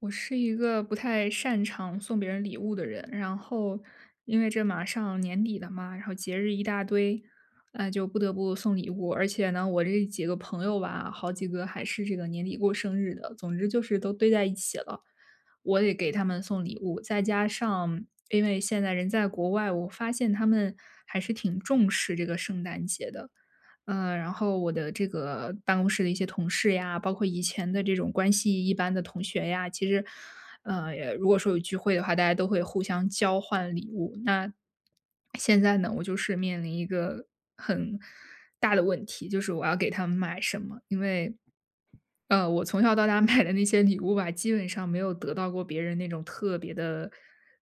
我是一个不太擅长送别人礼物的人，然后因为这马上年底了嘛，然后节日一大堆，就不得不送礼物。而且呢，我这几个朋友吧，好几个还是这个年底过生日的，总之就是都堆在一起了，我得给他们送礼物。再加上因为现在人在国外，我发现他们还是挺重视这个圣诞节的，嗯，然后我的这个办公室的一些同事呀，包括以前的这种关系一般的同学呀，其实，也如果说有聚会的话，大家都会互相交换礼物。那现在呢，我就是面临一个很大的问题，就是我要给他们买什么，因为我从小到大买的那些礼物吧，基本上没有得到过别人那种特别的，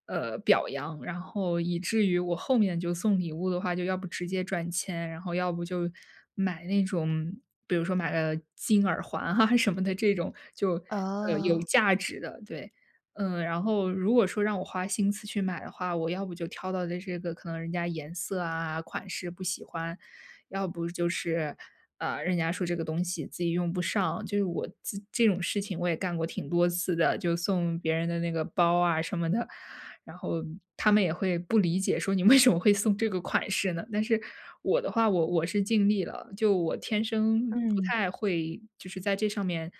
表扬，然后以至于我后面就送礼物的话，就要不直接转签，然后要不就买那种，比如说买了金耳环啊 什么的这种，就有哦，价值的，对，嗯，然后如果说让我花心思去买的话，我要不就挑到的这个可能人家颜色啊款式不喜欢，要不就是。啊，人家说这个东西自己用不上，就是我这种事情我也干过挺多次的，就送别人的那个包啊什么的，然后他们也会不理解，说你为什么会送这个款式呢？但是我的话，我是尽力了，就我天生不嗯。太会，就是在这上面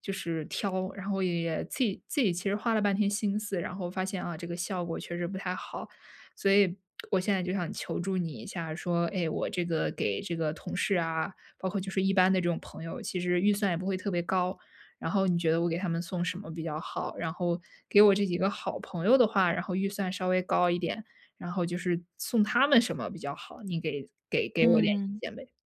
就是挑，然后也自己其实花了半天心思，然后发现啊，这个效果确实不太好，所以我现在就想求助你一下，说，哎，我这个给这个同事啊。包括就是一般的这种朋友，其实预算也不会特别高。然后你觉得我给他们送什么比较好？然后给我这几个好朋友的话，然后预算稍微高一点，然后就是送他们什么比较好？你给我点意嗯，见呗。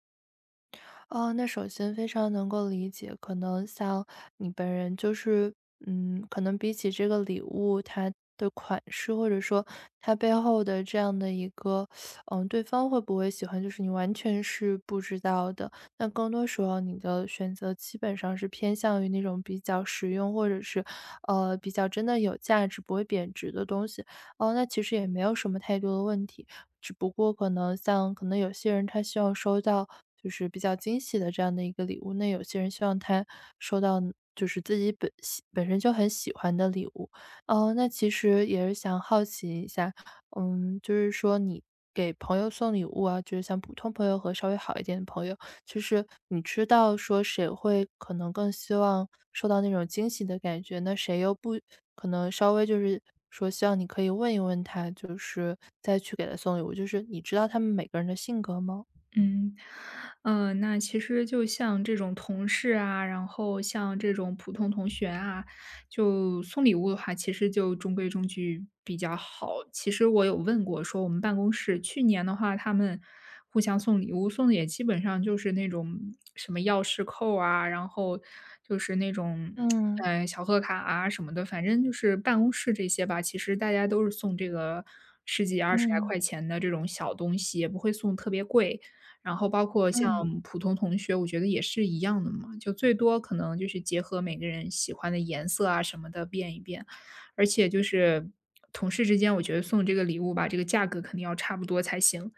哦，那首先非常能够理解，可能像你本人就是，可能比起这个礼物，它的款式或者说它背后的这样的一个，对方会不会喜欢，就是你完全是不知道的。那更多时候，你的选择基本上是偏向于那种比较实用，或者是，比较真的有价值、不会贬值的东西。哦，那其实也没有什么太多的问题，只不过可能像可能有些人他希望收到就是比较惊喜的这样的一个礼物，那有些人希望他收到就是自己本身就很喜欢的礼物。哦，那其实也是想好奇一下，嗯，就是说你给朋友送礼物啊，就是像普通朋友和稍微好一点的朋友，就是你知道说谁会可能更希望受到那种惊喜的感觉，那谁又不可能稍微就是说希望你可以问一问他，就是再去给他送礼物，就是你知道他们每个人的性格吗？嗯，那其实就像这种同事啊，然后像这种普通同学啊，就送礼物的话，其实就中规中矩比较好。其实我有问过，说我们办公室去年的话，他们互相送礼物，送的也基本上就是那种什么钥匙扣啊，然后就是那种嗯小贺卡啊什么的，反正就是办公室这些吧。其实大家都是送这个十几十来嗯块钱的这种小东西，也不会送特别贵。然后包括像嗯，普通同学，我觉得也是一样的嘛，就最多可能就是结合每个人喜欢的颜色啊什么的变一变，而且就是同事之间，我觉得送这个礼物吧，这个价格肯定要差不多才行。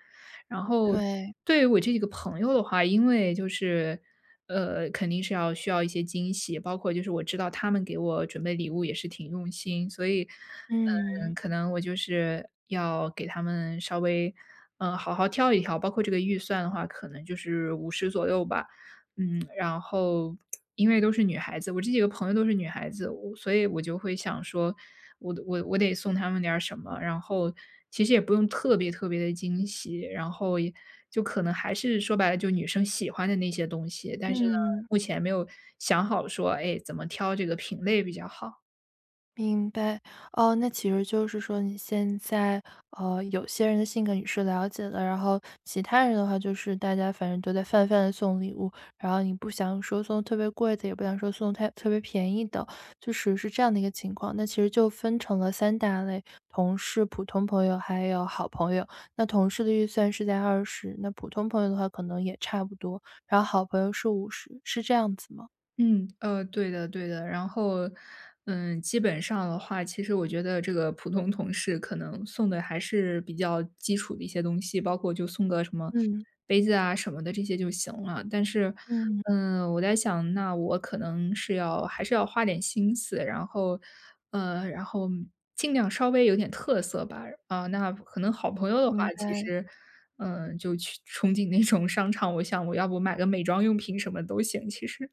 然后对，对于我这几个朋友的话，因为就是肯定是要需要一些惊喜，包括就是我知道他们给我准备礼物也是挺用心，所以，嗯，嗯可能我就是要给他们稍微，嗯，好好挑一挑，包括这个预算的话，可能就是五十左右吧。嗯，然后因为都是女孩子，我这几个朋友都是女孩子，我所以我就会想说，我得送她们点儿什么，然后其实也不用特别特别的惊喜，然后也就可能还是说白了，就女生喜欢的那些东西，但是呢，嗯。目前没有想好说，哎，怎么挑这个品类比较好。明白，哦，那其实就是说你现在，有些人的性格你是了解的，然后其他人的话就是大家反正都在泛泛的送礼物，然后你不想说送特别贵的，也不想说送太特别便宜的，就是是这样的一个情况。那其实就分成了三大类：同事、普通朋友还有好朋友。那同事的预算是在20，那普通朋友的话可能也差不多，然后好朋友是50，是这样子吗？嗯，对的对的。然后，嗯，基本上的话，其实我觉得这个普通同事可能送的还是比较基础的一些东西，包括就送个什么嗯杯子啊什么的这些就行了。但是，嗯，嗯，我在想，那我可能是要还是要花点心思，然后，然后尽量稍微有点特色吧。啊，那可能好朋友的话，明其白。实。嗯，就去憧憬那种商场，我想我要不买个美妆用品什么都行，其实。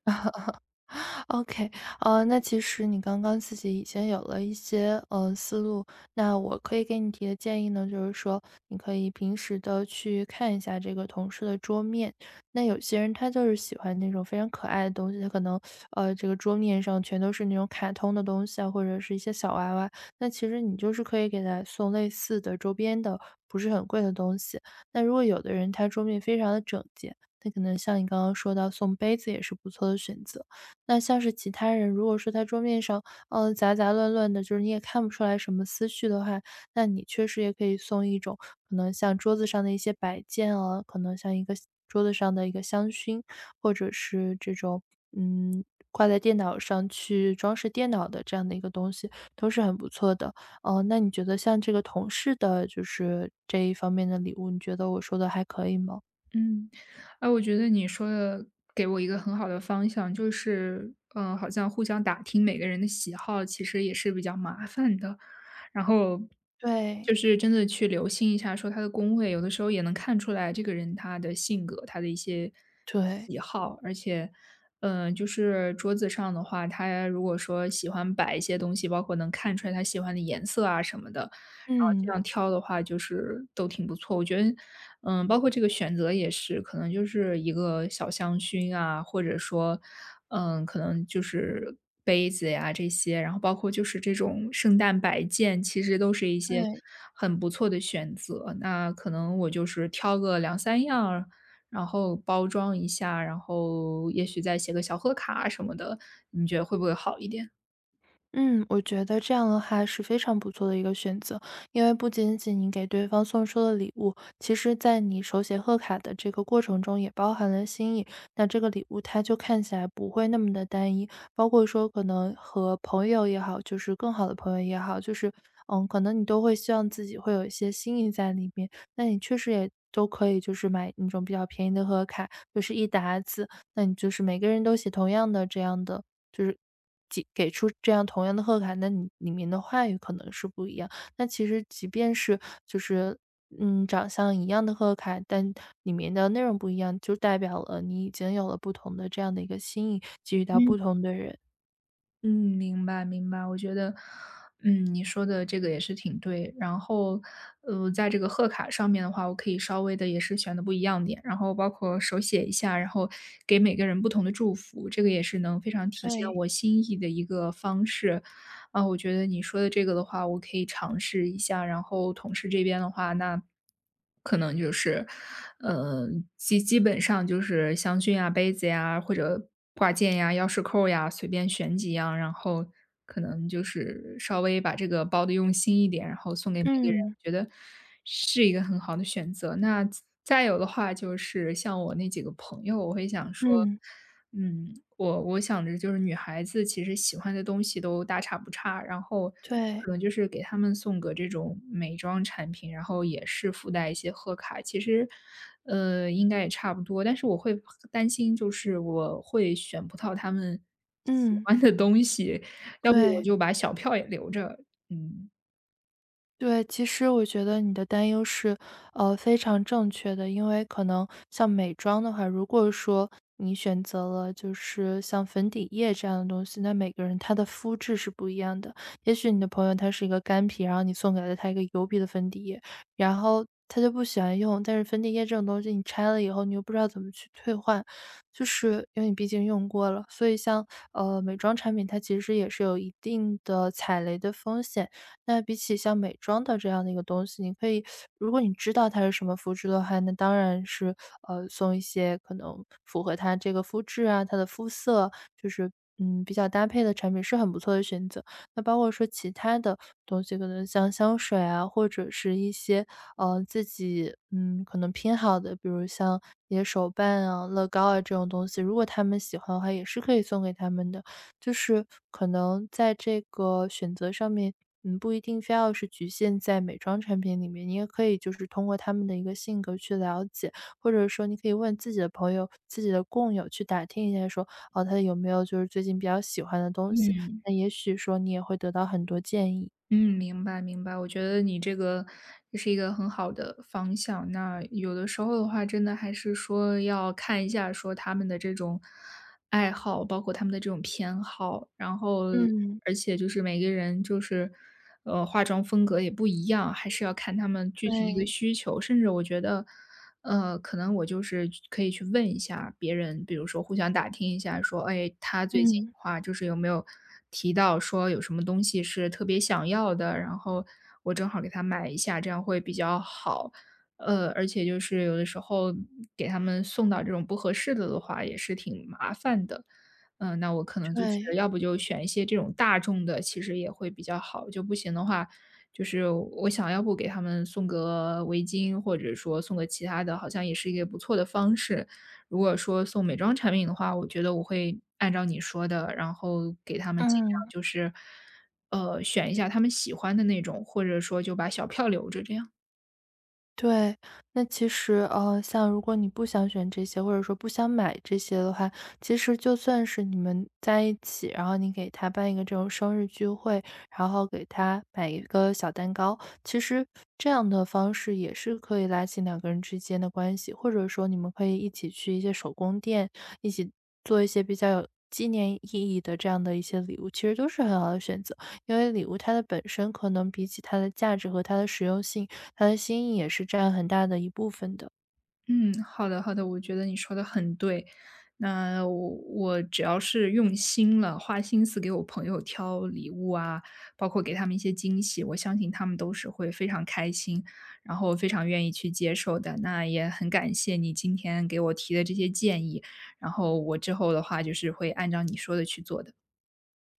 OK，那其实你刚刚自己已经有了一些思路，那我可以给你提的建议呢，就是说你可以平时的去看一下这个同事的桌面。那有些人他就是喜欢那种非常可爱的东西，他可能这个桌面上全都是那种卡通的东西啊，或者是一些小娃娃。那其实你就是可以给他送类似的周边的，不是很贵的东西。那如果有的人他桌面非常的整洁，那可能像你刚刚说到送杯子也是不错的选择。那像是其他人，如果说他桌面上，杂杂乱乱的，就是你也看不出来什么思绪的话，那你确实也可以送一种可能像桌子上的一些摆件啊，可能像一个桌子上的一个香薰，或者是这种，嗯，挂在电脑上去装饰电脑的这样的一个东西，都是很不错的。哦，那你觉得像这个同事的，就是这一方面的礼物，你觉得我说的还可以吗？嗯，哎，我觉得你说的给我一个很好的方向，就是，嗯，好像互相打听每个人的喜好，其实也是比较麻烦的。然后对，就是真的去留心一下，说他的工位，有的时候也能看出来这个人他的性格，他的一些对，喜好。而且，嗯、就是桌子上的话，他如果说喜欢摆一些东西，包括能看出来他喜欢的颜色啊什么的，然后这嗯，样挑的话，就是都挺不错。我觉得嗯，包括这个选择也是，可能就是一个小香薰啊，或者说，嗯，可能就是杯子呀这些，然后包括就是这种圣诞摆件，其实都是一些对。很不错的选择。那可能我就是挑个两三样儿然后包装一下，然后也许再写个小贺卡什么的，你觉得会不会好一点？嗯，我觉得这样的话是非常不错的一个选择，因为不仅仅你给对方送出了礼物，其实在你手写贺卡的这个过程中也包含了心意。那这个礼物它就看起来不会那么的单一，包括说可能和朋友也好，就是更好的朋友也好，就是可能你都会希望自己会有一些心意在里面。那你确实也都可以，就是买那种比较便宜的贺卡，就是一沓子，那你就是每个人都写同样的这样的。就是。给出这样同样的贺卡，那你里面的话语可能是不一样。那其实即便是就是，长相一样的贺卡，但里面的内容不一样，就代表了你已经有了不同的这样的一个心意，给予到嗯。不同的人。嗯，明白明白，我觉得，嗯，你说的这个也是挺对。然后，在这个贺卡上面的话，我可以稍微的也是选的不一样点，然后包括手写一下，然后给每个人不同的祝福，这个也是能非常体现对，我心意的一个方式。啊，我觉得你说的这个的话，我可以尝试一下。然后同事这边的话，那可能就是，呃，基本上就是香薰啊、杯子呀，或者挂件呀、钥匙扣呀，随便选几样，然后可能就是稍微把这个包的用心一点，然后送给每个人，嗯，我觉得是一个很好的选择。那再有的话，就是像我那几个朋友，我会想说。嗯，嗯，我想着就是女孩子其实喜欢的东西都大差不差，然后对，可能就是给她们送个这种美妆产品，然后也是附带一些贺卡，其实，应该也差不多。但是我会担心，就是我会选不到她们喜嗯，欢的东西，要不我对。就把小票也留着，嗯。对，其实我觉得你的担忧是，非常正确的。因为可能像美妆的话，如果说你选择了就是像粉底液这样的东西，那每个人他的肤质是不一样的。也许你的朋友他是一个干皮，然后你送给了他一个油皮的粉底液，然后他就不喜欢用。但是粉底液这种东西，你拆了以后，你又不知道怎么去退换，就是因为你毕竟用过了。所以像美妆产品，它其实也是有一定的踩雷的风险。那比起像美妆的这样的一个东西，你可以如果你知道它是什么肤质的话，那当然是，送一些可能符合它这个肤质啊，它的肤色，就是比较搭配的产品是很不错的选择。那包括说其他的东西，可能像香水啊，或者是一些，自己，可能拼好的，比如像一些手办啊、乐高啊这种东西，如果他们喜欢的话，也是可以送给他们的。就是可能在这个选择上面，不一定非要是局限在美妆产品里面，你也可以就是通过他们的一个性格去了解，或者说你可以问自己的朋友、自己的共友去打听一下说，哦，他有没有就是最近比较喜欢的东西，那也许说你也会得到很多建议。嗯，明白明白，我觉得你这个这是一个很好的方向。那有的时候的话，真的还是说要看一下说他们的这种爱好，包括他们的这种偏好，然后嗯，而且就是每个人就是，化妆风格也不一样，还是要看他们具体一个对，需求。甚至我觉得，可能我就是可以去问一下别人，比如说互相打听一下说，哎，他最近的嗯，话就是有没有提到说有什么东西是特别想要的，然后我正好给他买一下，这样会比较好。而且就是有的时候给他们送到这种不合适的的话，也是挺麻烦的。嗯、那我可能就是对，要不就选一些这种大众的，其实也会比较好。就不行的话，就是我想要不给他们送个围巾，或者说送个其他的，好像也是一个不错的方式。如果说送美妆产品的话，我觉得我会按照你说的，然后给他们尽量嗯。就是，选一下他们喜欢的那种，或者说就把小票留着这样。对，那其实，像如果你不想选这些，或者说不想买这些的话，其实就算是你们在一起，然后你给他办一个这种生日聚会，然后给他买一个小蛋糕，其实这样的方式也是可以拉近两个人之间的关系，或者说你们可以一起去一些手工店，一起做一些比较有纪念意义的这样的一些礼物，其实都是很好的选择。因为礼物它的本身可能比起它的价值和它的实用性。他的心意也是占很大的一部分的。嗯，好的好的，我觉得你说的很对。那我只要是用心了，花心思给我朋友挑礼物啊，包括给他们一些惊喜，我相信他们都是会非常开心，然后非常愿意去接受的。那也很感谢你今天给我提的这些建议，然后我之后的话就是会按照你说的去做的。嗯。